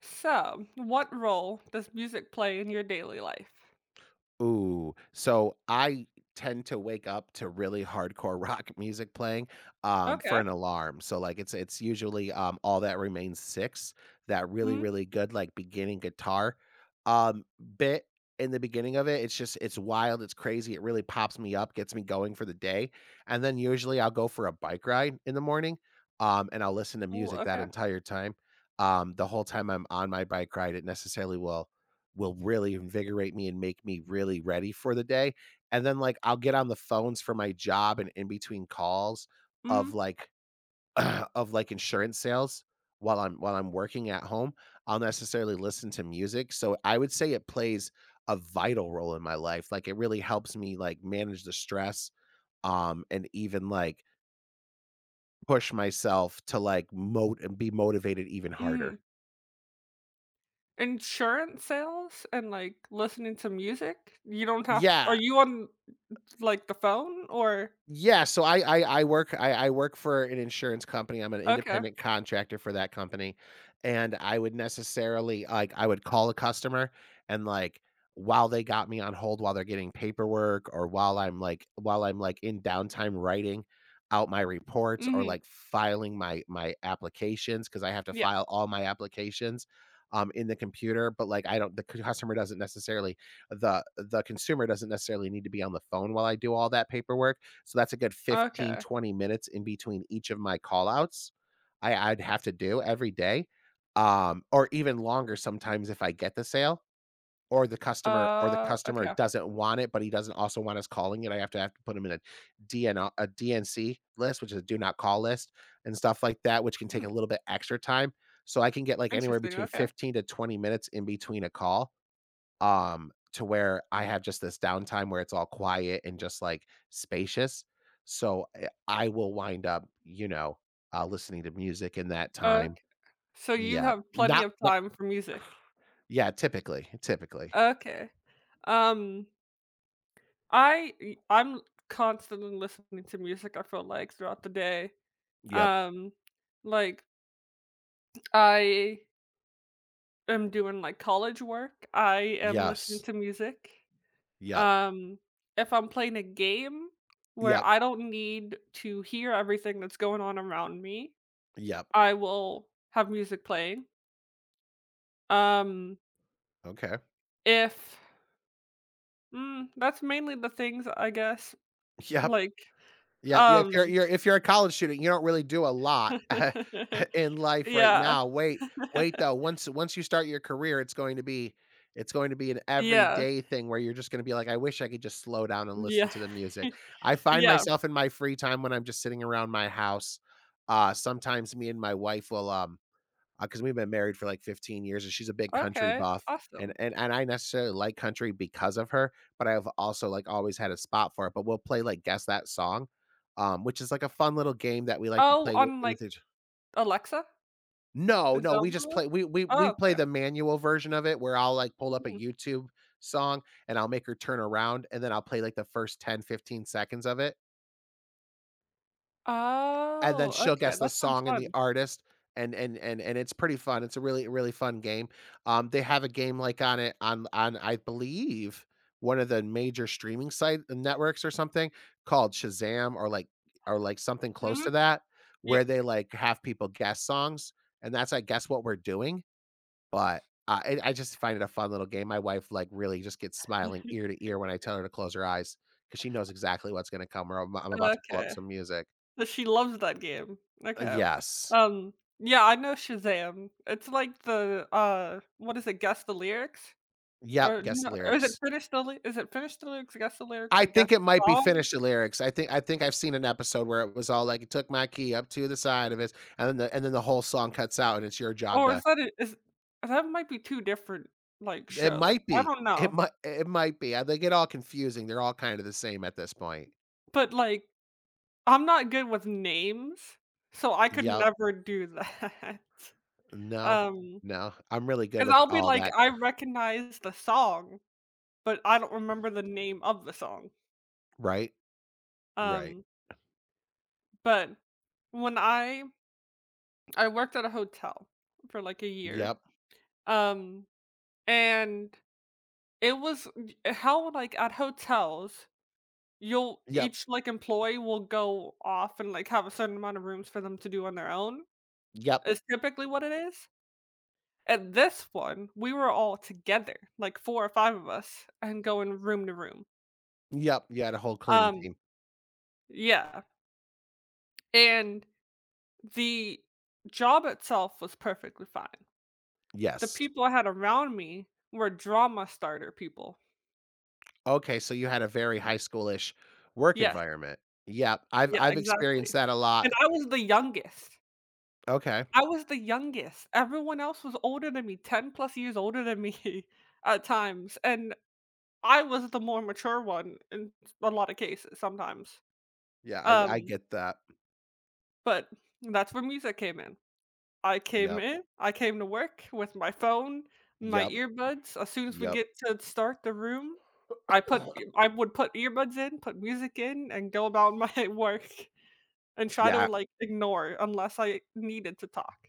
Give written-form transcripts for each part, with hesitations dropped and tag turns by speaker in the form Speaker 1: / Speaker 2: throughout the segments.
Speaker 1: So, what role does music play in your daily life?
Speaker 2: Ooh, so I tend to wake up to really hardcore rock music playing, for
Speaker 1: Okay.
Speaker 2: an alarm, so, like, it's usually, All That Remains 6, that really,
Speaker 1: Mhm.
Speaker 2: really good, like, beginning guitar, um, bit in the beginning of it, it's just it's wild, it's crazy, it really pops me up, gets me going for the day, and then usually I'll go for a bike ride in the morning, and I'll listen to
Speaker 1: Oh,
Speaker 2: music that
Speaker 1: okay.
Speaker 2: entire time, the whole time I'm on my bike ride, it necessarily will really invigorate me and make me really ready for the day. And then like I'll get on the phones for my job and in between calls
Speaker 1: Mhm,
Speaker 2: of like of like insurance sales while I'm working at home. I'll necessarily listen to music. So I would say it plays a vital role in my life. Like it really helps me like manage the stress and even like push myself to like mote and be motivated even
Speaker 1: mhm.
Speaker 2: harder.
Speaker 1: Insurance sales and, like, listening to music? You don't have are
Speaker 2: Yeah.
Speaker 1: you on, like, the phone or?
Speaker 2: Yeah, so I work for an insurance company. I'm an
Speaker 1: Okay.
Speaker 2: independent contractor for that company, and I would necessarily like I would call a customer and like while they got me on hold while they're getting paperwork or while I'm like in downtime writing out my reports or
Speaker 1: Mhm.
Speaker 2: like filing my applications because I have to
Speaker 1: Yeah.
Speaker 2: file all my applications in the computer but like I don't the customer doesn't necessarily the consumer doesn't necessarily need to be on the phone while I do all that paperwork so that's a good fifteen
Speaker 1: Okay.
Speaker 2: twenty minutes in between each of my call outs. I'd have to do every day, or even longer sometimes if I get the sale or the
Speaker 1: Okay.
Speaker 2: customer doesn't want it, but he doesn't also want us calling it. I have to put him in a DN a DNC list, which is a do not call list and stuff like that, which can take
Speaker 1: Hmm,
Speaker 2: a little bit extra time. So I can get like anywhere
Speaker 1: interesting,
Speaker 2: between
Speaker 1: okay.
Speaker 2: 15 to 20 minutes in between a call, to where I have just this downtime where it's all quiet and just like spacious. So I will wind up, listening to music in that time.
Speaker 1: Ok, so you
Speaker 2: Yeah.
Speaker 1: have plenty
Speaker 2: Not,
Speaker 1: of
Speaker 2: not
Speaker 1: time for music.
Speaker 2: yeah, Typically, typically.
Speaker 1: Okay. Um, I'm constantly listening to music, I feel like, throughout the day.
Speaker 2: Yep.
Speaker 1: Um, like, I am doing, like, college work, I am listening
Speaker 2: Yes.
Speaker 1: to music.
Speaker 2: Yep.
Speaker 1: Um, if I'm playing a game where
Speaker 2: Yep.
Speaker 1: I don't need to hear everything that's going on around me,
Speaker 2: Yep.
Speaker 1: I will have music playing. Um,
Speaker 2: Okay.
Speaker 1: if mm, That's mainly the things, I guess,
Speaker 2: Yep.
Speaker 1: like,
Speaker 2: Yeah, yeah, if you're
Speaker 1: um
Speaker 2: you're if you're a college student, you don't really do a lot in life right
Speaker 1: Yeah.
Speaker 2: now. Wait though, once you start your career, it's going to be an
Speaker 1: Yeah.
Speaker 2: everyday thing where you're just gonna be like, "I wish I could just slow down and listen
Speaker 1: Yeah.
Speaker 2: to the music." I find
Speaker 1: Yeah.
Speaker 2: myself in my free time when I'm just sitting around my house, sometimes me and my wife will, because 'cause we've been married for like 15 years and she's a big country
Speaker 1: Okay,
Speaker 2: buff, and
Speaker 1: awesome.
Speaker 2: and and I necessarily like country because of her, but I've also like always had a spot for it, but we'll play like guess that song, which is like a fun little game that we like to
Speaker 1: Oh,
Speaker 2: play with
Speaker 1: on, like,
Speaker 2: with each.
Speaker 1: Alexa?
Speaker 2: No,
Speaker 1: Is
Speaker 2: no,
Speaker 1: that what
Speaker 2: we
Speaker 1: it
Speaker 2: just
Speaker 1: was?
Speaker 2: play we
Speaker 1: Oh,
Speaker 2: play
Speaker 1: okay.
Speaker 2: the manual version of it where I'll like pull up a
Speaker 1: Mhm.
Speaker 2: YouTube song and I'll make her turn around and then I'll play like the first 10, 15 seconds of it and then
Speaker 1: Oh,
Speaker 2: she'll
Speaker 1: okay,
Speaker 2: guess the
Speaker 1: that sounds
Speaker 2: song and the
Speaker 1: fun.
Speaker 2: artist, and it's pretty fun. It's a really really fun game. They have a game like on it on I believe one of the major streaming site, networks or something called Shazam, or like something close to
Speaker 1: Mhm.
Speaker 2: that,
Speaker 1: Yep.
Speaker 2: where they like have people guess songs, and that's I guess what we're doing. But I just find it a fun little game. My wife like really just gets smiling ear to ear when I tell her to close her eyes because she knows exactly what's going to come. Or I'm about to pull up
Speaker 1: Okay.
Speaker 2: some music.
Speaker 1: So she loves that game. Okay.
Speaker 2: Yes.
Speaker 1: Yeah, I know Shazam. It's like the, what is it, Guess the Lyrics?
Speaker 2: Yep,
Speaker 1: Or
Speaker 2: guess the
Speaker 1: no, or is it
Speaker 2: lyrics.
Speaker 1: Finish the Ly is it Finish the Lyrics, Guess the Lyrics,
Speaker 2: I
Speaker 1: or Guess
Speaker 2: think it
Speaker 1: the
Speaker 2: might be
Speaker 1: Song?
Speaker 2: finish the lyrics. I think I've seen an episode where it was all like, "It took my key up to the side of it," and then the whole song cuts out, and it's your job
Speaker 1: Or
Speaker 2: to.
Speaker 1: is that a is that might be 2 different, like,
Speaker 2: It
Speaker 1: shows.
Speaker 2: might
Speaker 1: I
Speaker 2: be.
Speaker 1: don't
Speaker 2: It
Speaker 1: know.
Speaker 2: might it might be. They get all confusing. They're all kind of the same at this point.
Speaker 1: But, like, I'm not good with names, so I could
Speaker 2: Yep.
Speaker 1: never do that.
Speaker 2: No.
Speaker 1: Um,
Speaker 2: No. I'm really good
Speaker 1: because 'cause
Speaker 2: with
Speaker 1: I'll be
Speaker 2: all
Speaker 1: like,
Speaker 2: that.
Speaker 1: I recognize the song, but I don't remember the name of the song.
Speaker 2: Right? Right.
Speaker 1: Um, but when I worked at a hotel for, like, a year,
Speaker 2: Yep.
Speaker 1: um, and it was, how, like, at hotels, you'll
Speaker 2: Yep.
Speaker 1: each, like, employee will go off and, like, have a certain amount of rooms for them to do on their own,
Speaker 2: Yep.
Speaker 1: is typically what it is. At this one, we were all together, like 4 or 5 of us, and going room to room.
Speaker 2: Yep. You had a whole cleaning
Speaker 1: Um,
Speaker 2: team.
Speaker 1: yeah, and the job itself was perfectly fine. The
Speaker 2: Yes.
Speaker 1: people I had around me were drama starter people.
Speaker 2: Okay, so you had a very high schoolish work
Speaker 1: Yes,
Speaker 2: environment. Yeah, I've
Speaker 1: yeah,
Speaker 2: I've experienced
Speaker 1: exactly.
Speaker 2: that a
Speaker 1: And
Speaker 2: lot.
Speaker 1: I was the youngest.
Speaker 2: Okay.
Speaker 1: I was the youngest. Everyone else was older than me, 10 plus years older than me at times, and I was the more mature one in a lot of cases sometimes.
Speaker 2: Yeah, I
Speaker 1: Um
Speaker 2: get that.
Speaker 1: But that's where music came in.
Speaker 2: Yep,
Speaker 1: I came to work with my phone, my
Speaker 2: yep,
Speaker 1: earbuds. As soon as we
Speaker 2: yep.
Speaker 1: get to start the room, I put I would put earbuds in, put music in, and go about my work and try to,
Speaker 2: Yeah.
Speaker 1: like, ignore unless I needed to talk.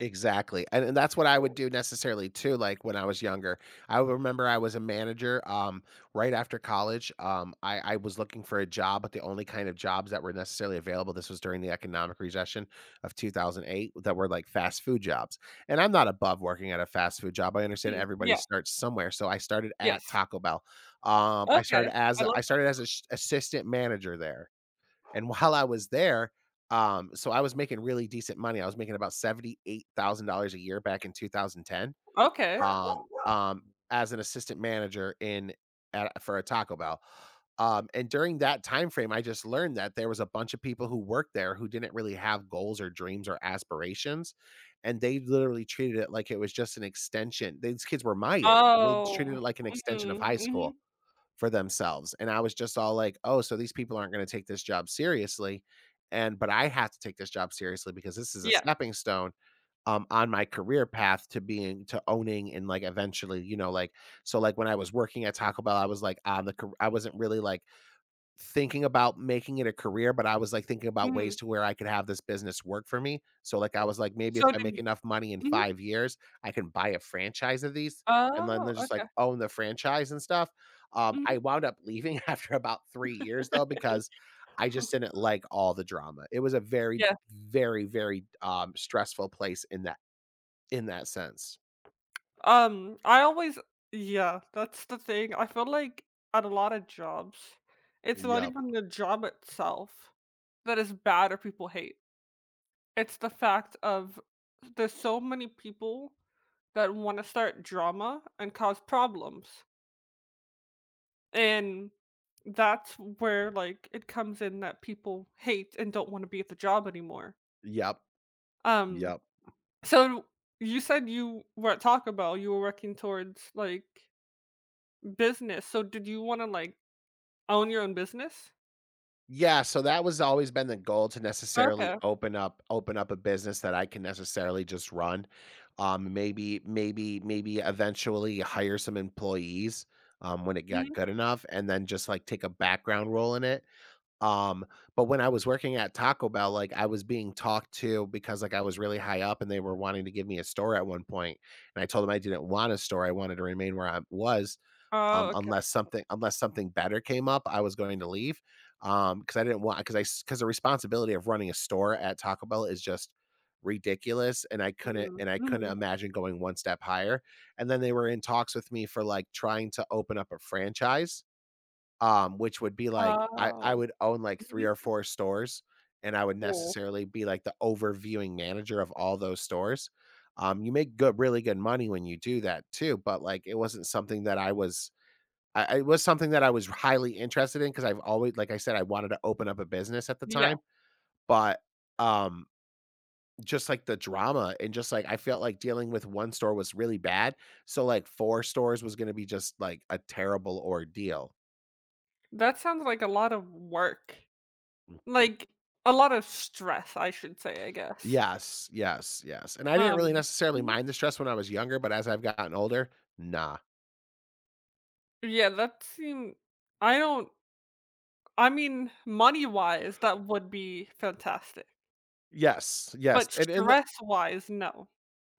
Speaker 2: Exactly, and that's what I would do necessarily too, like, when I was younger. I would remember I was a manager, right after college, um, I was looking for a job, but the only kind of jobs that were necessarily available, this was during the economic recession of 2008, that were, like, fast food jobs, and I'm not above working at a fast food job, I understand
Speaker 1: Mm,
Speaker 2: everybody
Speaker 1: yeah,
Speaker 2: starts somewhere, so I started at
Speaker 1: yes.
Speaker 2: Taco Bell.
Speaker 1: Okay, I
Speaker 2: I
Speaker 1: love that.
Speaker 2: started as an assistant manager there, and while I was there, so I was making really decent money. I was making about $78,000 a year back in 2010,
Speaker 1: Okay.
Speaker 2: um, um, as an assistant manager for a Taco Bell. And during that time frame, I just learned that there was a bunch of people who worked there who didn't really have goals or dreams or aspirations, and they literally treated it like it was just an extension. These kids were my age, and they treated
Speaker 1: Oh,
Speaker 2: it like an extension of
Speaker 1: mhm,
Speaker 2: high school
Speaker 1: mhm,
Speaker 2: for themselves. And I was just all like, oh, so these people aren't going to take this job seriously. And but I have to take this job seriously because this is a
Speaker 1: yeah,
Speaker 2: stepping stone on my career path to being to owning and like eventually, you know, like, so like when I was working at Taco Bell, I was like I wasn't really like thinking about making it a career, but I was, like, thinking about
Speaker 1: mhm.
Speaker 2: ways to where I could have this business work for me. So, like, I was like, "Maybe
Speaker 1: So
Speaker 2: if I make
Speaker 1: did
Speaker 2: enough money in
Speaker 1: Mhm.
Speaker 2: 5 years, I can buy a franchise of these and then
Speaker 1: Oh,
Speaker 2: then just, like,
Speaker 1: okay,
Speaker 2: own the franchise and stuff."
Speaker 1: mhm.
Speaker 2: I wound up leaving after about 3 years, though, because I just didn't like all the drama. It was a very,
Speaker 1: Yes.
Speaker 2: very, very, stressful place in that sense.
Speaker 1: I always Yeah, that's the thing. I feel like at a lot of jobs, it's not
Speaker 2: Yep.
Speaker 1: even the job itself that is bad or people hate. It's the fact of there's so many people that want to start drama and cause problems. And that's where, like, it comes in that people hate and don't want to be at the job anymore.
Speaker 2: Yep.
Speaker 1: Um,
Speaker 2: Yep.
Speaker 1: so you said you were at Taco Bell, you were working towards like business. So did you want to like own your own business?
Speaker 2: Yeah, so that was always been the goal to necessarily
Speaker 1: Okay.
Speaker 2: open up a business that I can necessarily just run. Maybe eventually hire some employees, when it got
Speaker 1: Mhm.
Speaker 2: good enough, and then just like take a background role in it. Um, but when I was working at Taco Bell, like I was being talked to because like I was really high up, and they were wanting to give me a store at one point, and I told them I didn't want a store; I wanted to remain where I was.
Speaker 1: Oh, okay.
Speaker 2: Unless something better came up, I was going to leave. Because I didn't want because I because the responsibility of running a store at Taco Bell is just ridiculous, and
Speaker 1: Mm,
Speaker 2: I couldn't
Speaker 1: mhm.
Speaker 2: imagine going one step higher, and then they were in talks with me for, like, trying to open up a franchise, which would be like I
Speaker 1: Oh,
Speaker 2: would own, like, 3
Speaker 1: mhm,
Speaker 2: or 4 stores, and I would
Speaker 1: cool.
Speaker 2: necessarily be, like, the overviewing manager of all those stores. You make good really good money when you do that too, but, like, it wasn't something that it was something that I was highly interested in because I've always, like I said, I wanted to open up a business at the
Speaker 1: Yeah.
Speaker 2: time, but um, just like the drama and just like I felt like dealing with one store was really bad, so like 4 stores was going to be just like a terrible ordeal.
Speaker 1: That sounds like a lot of work. Like, a lot of stress, I should say, I guess.
Speaker 2: Yes, yes, yes. And I didn't really
Speaker 1: Um,
Speaker 2: necessarily
Speaker 1: mhm.
Speaker 2: mind the stress when I was younger, but as I've gotten older, nah.
Speaker 1: Yeah, that seem I don't I mean, money-wise, that would be fantastic,
Speaker 2: Yes, yes.
Speaker 1: but
Speaker 2: And
Speaker 1: stress-wise, no.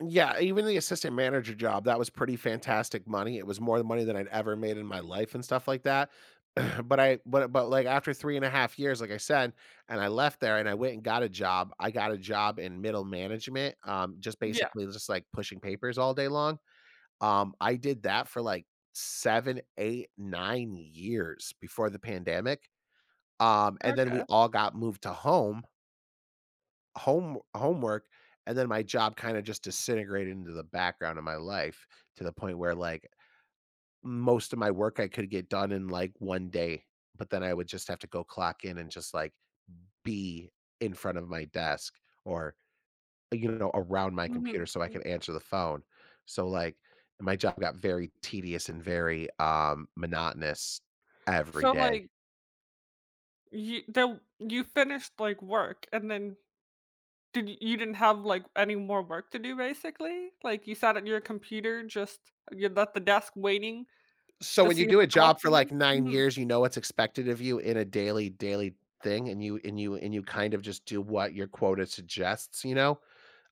Speaker 2: Yeah, even the assistant manager job, that was pretty fantastic money. It was more money than I'd ever made in my life and stuff like that. but I but like after 3.5 years, like I said, and I left there and I went and got a job. I got a job in middle management, just
Speaker 1: Yeah,
Speaker 2: basically just like pushing papers all day long. I did that for like seven, eight, 9 years before the pandemic. And then we
Speaker 1: okay.
Speaker 2: all got moved to home home homework, and then my job kind of just disintegrated into the background of my life to the point where like most of my work I could get done in like one day, but then I would just have to go clock in and just like be in front of my desk or around my
Speaker 1: Mhm.
Speaker 2: computer so I
Speaker 1: Mm.
Speaker 2: could answer the phone. So like my job got very tedious and very monotonous every
Speaker 1: So,
Speaker 2: day.
Speaker 1: like, you finished, like, work, and then Did y you didn't have, like, any more work to do, basically? Like, you sat at your computer, just you're at the desk waiting
Speaker 2: So
Speaker 1: to
Speaker 2: when
Speaker 1: see
Speaker 2: you
Speaker 1: if
Speaker 2: do
Speaker 1: a
Speaker 2: a
Speaker 1: call
Speaker 2: job for
Speaker 1: came
Speaker 2: like
Speaker 1: in?
Speaker 2: 9
Speaker 1: Mhm.
Speaker 2: years, you know what's expected of you in a daily thing, and you kind of just do what your quota suggests, you know,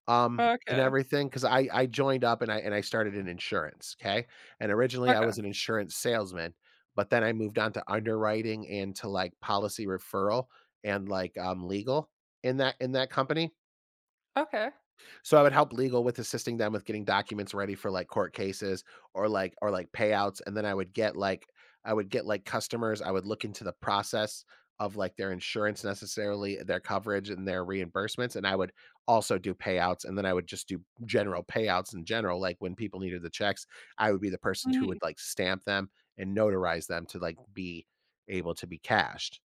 Speaker 2: um, and
Speaker 1: Okay.
Speaker 2: everything. Because I joined up and I started in insurance, okay. And originally I
Speaker 1: Okay.
Speaker 2: was an insurance salesman, but then I moved on to underwriting and to, like, policy referral and, like, legal in that company.
Speaker 1: Okay.
Speaker 2: So I would help legal with assisting them with getting documents ready for like court cases or like payouts, and then I would get like customers. I would look into the process of like their insurance necessarily, their coverage and their reimbursements, and I would also do payouts, and then I would just do general payouts in general. Like when people needed the checks, I would be the person who
Speaker 1: Mhm.
Speaker 2: would like stamp them and notarize them to like be able to be cashed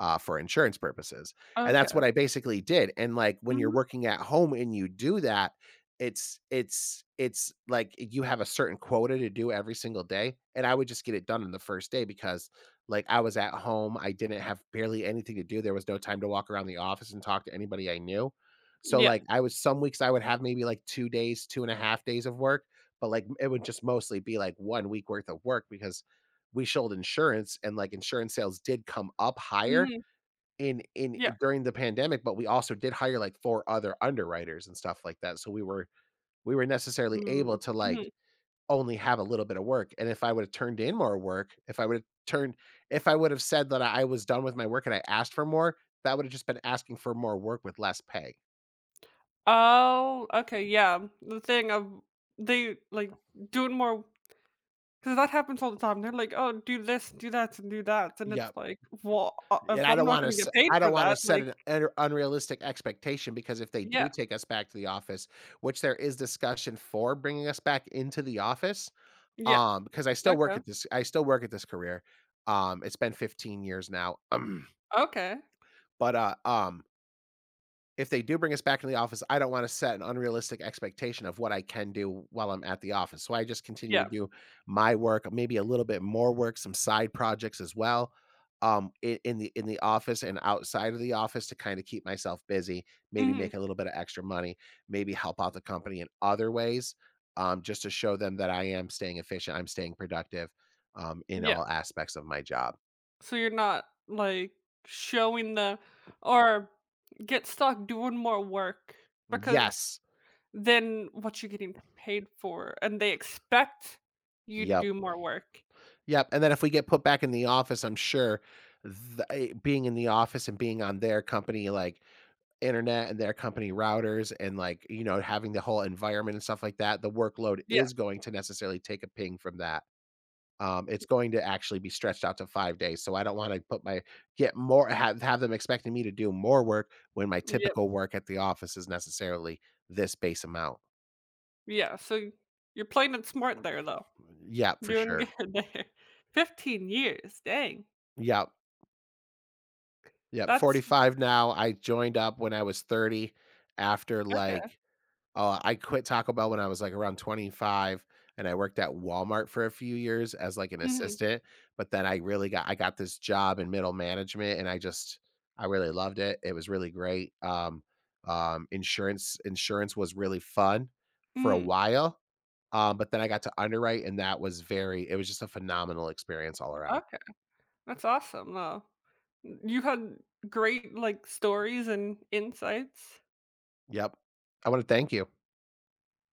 Speaker 2: for insurance purposes. And that's
Speaker 1: Okay.
Speaker 2: what I basically did. And like when you're
Speaker 1: Mhm.
Speaker 2: working at home and you do that, it's like you have a certain quota to do every single day. And I would just get it done in the first day because like I was at home, I didn't have barely anything to do. There was no time to walk around the office and talk to anybody I knew. So
Speaker 1: Yeah.
Speaker 2: like I was some weeks I would have maybe like 2 days, 2.5 days of work, but like it would just mostly be like one week worth of work because we sold insurance and like insurance sales did come up higher
Speaker 1: Mhm.
Speaker 2: in I
Speaker 1: Yeah.
Speaker 2: during the pandemic, but we also did hire, like, 4 other underwriters and stuff like that, so we were necessarily able
Speaker 1: Mm.
Speaker 2: to, like,
Speaker 1: Mhm.
Speaker 2: only have a little bit of work, and if I would've turned in more work, if I would've said that I was done with my work and I asked for more, that would've just been asking for more work with less pay.
Speaker 1: Oh, okay, yeah. The thing of they, like, Doing more because that happens all the time. They're like, "Oh, do this, do that," and it's
Speaker 2: Yep.
Speaker 1: like, "Well,
Speaker 2: And
Speaker 1: if
Speaker 2: I
Speaker 1: I'm
Speaker 2: don't
Speaker 1: not
Speaker 2: wanna
Speaker 1: gonna get
Speaker 2: to
Speaker 1: paid
Speaker 2: I I
Speaker 1: for
Speaker 2: don't wanna
Speaker 1: that,
Speaker 2: set
Speaker 1: like."
Speaker 2: an un unrealistic expectation because if they do
Speaker 1: Yeah.
Speaker 2: take us back to the office, which there is discussion for bringing us back into the office.
Speaker 1: Yeah.
Speaker 2: Because I still work
Speaker 1: Okay.
Speaker 2: at this I still work at this career. It's been 15 years now.
Speaker 1: Okay.
Speaker 2: But if they do bring us back into the office, I don't want to set an unrealistic expectation of what I can do while I'm at the office. So I just continue
Speaker 1: Yeah.
Speaker 2: to do my work, maybe a little bit more work, some side projects as well, in the office and outside of the office to kind of keep myself busy. Maybe
Speaker 1: Mhm.
Speaker 2: make a little bit of extra money, maybe help out the company in other ways, just to show them that I am staying efficient, I'm staying productive, in
Speaker 1: Yeah.
Speaker 2: all aspects of my job.
Speaker 1: So you're not like showing the or get stuck doing more work because
Speaker 2: Yes.
Speaker 1: then what you're getting paid for and they expect you to
Speaker 2: Yep.
Speaker 1: do more work.
Speaker 2: Yep, and then if we get put back in the office, I'm sure being in the office and being on their company, like, internet and their company routers and, like, having the whole environment and stuff like that, the workload
Speaker 1: Yeah.
Speaker 2: is going to necessarily take a ping from that. It's going to actually be stretched out to 5 days, so I don't wanna put my get more have them expecting me to do more work when my
Speaker 1: Yep.
Speaker 2: typical work at the office is necessarily this base amount.
Speaker 1: Yeah. So you're playing it smart there though.
Speaker 2: Yeah, for
Speaker 1: Doing
Speaker 2: sure.
Speaker 1: good there. 15 years. Dang.
Speaker 2: Yeah. Yep,
Speaker 1: That's
Speaker 2: 45 now. I joined up when I was 30 after
Speaker 1: okay.
Speaker 2: like I quit Taco Bell when I was like around 25 and I worked at Walmart for a few years as like an
Speaker 1: Mhm.
Speaker 2: assistant, but then I got this job in middle management and I really loved it. It was really great. Insurance was really fun for a
Speaker 1: Mhm.
Speaker 2: while. But then I got to underwrite and that was very it was just a phenomenal experience all around.
Speaker 1: Okay. That's awesome though. You had great like stories and insights.
Speaker 2: Yep. I want to thank you.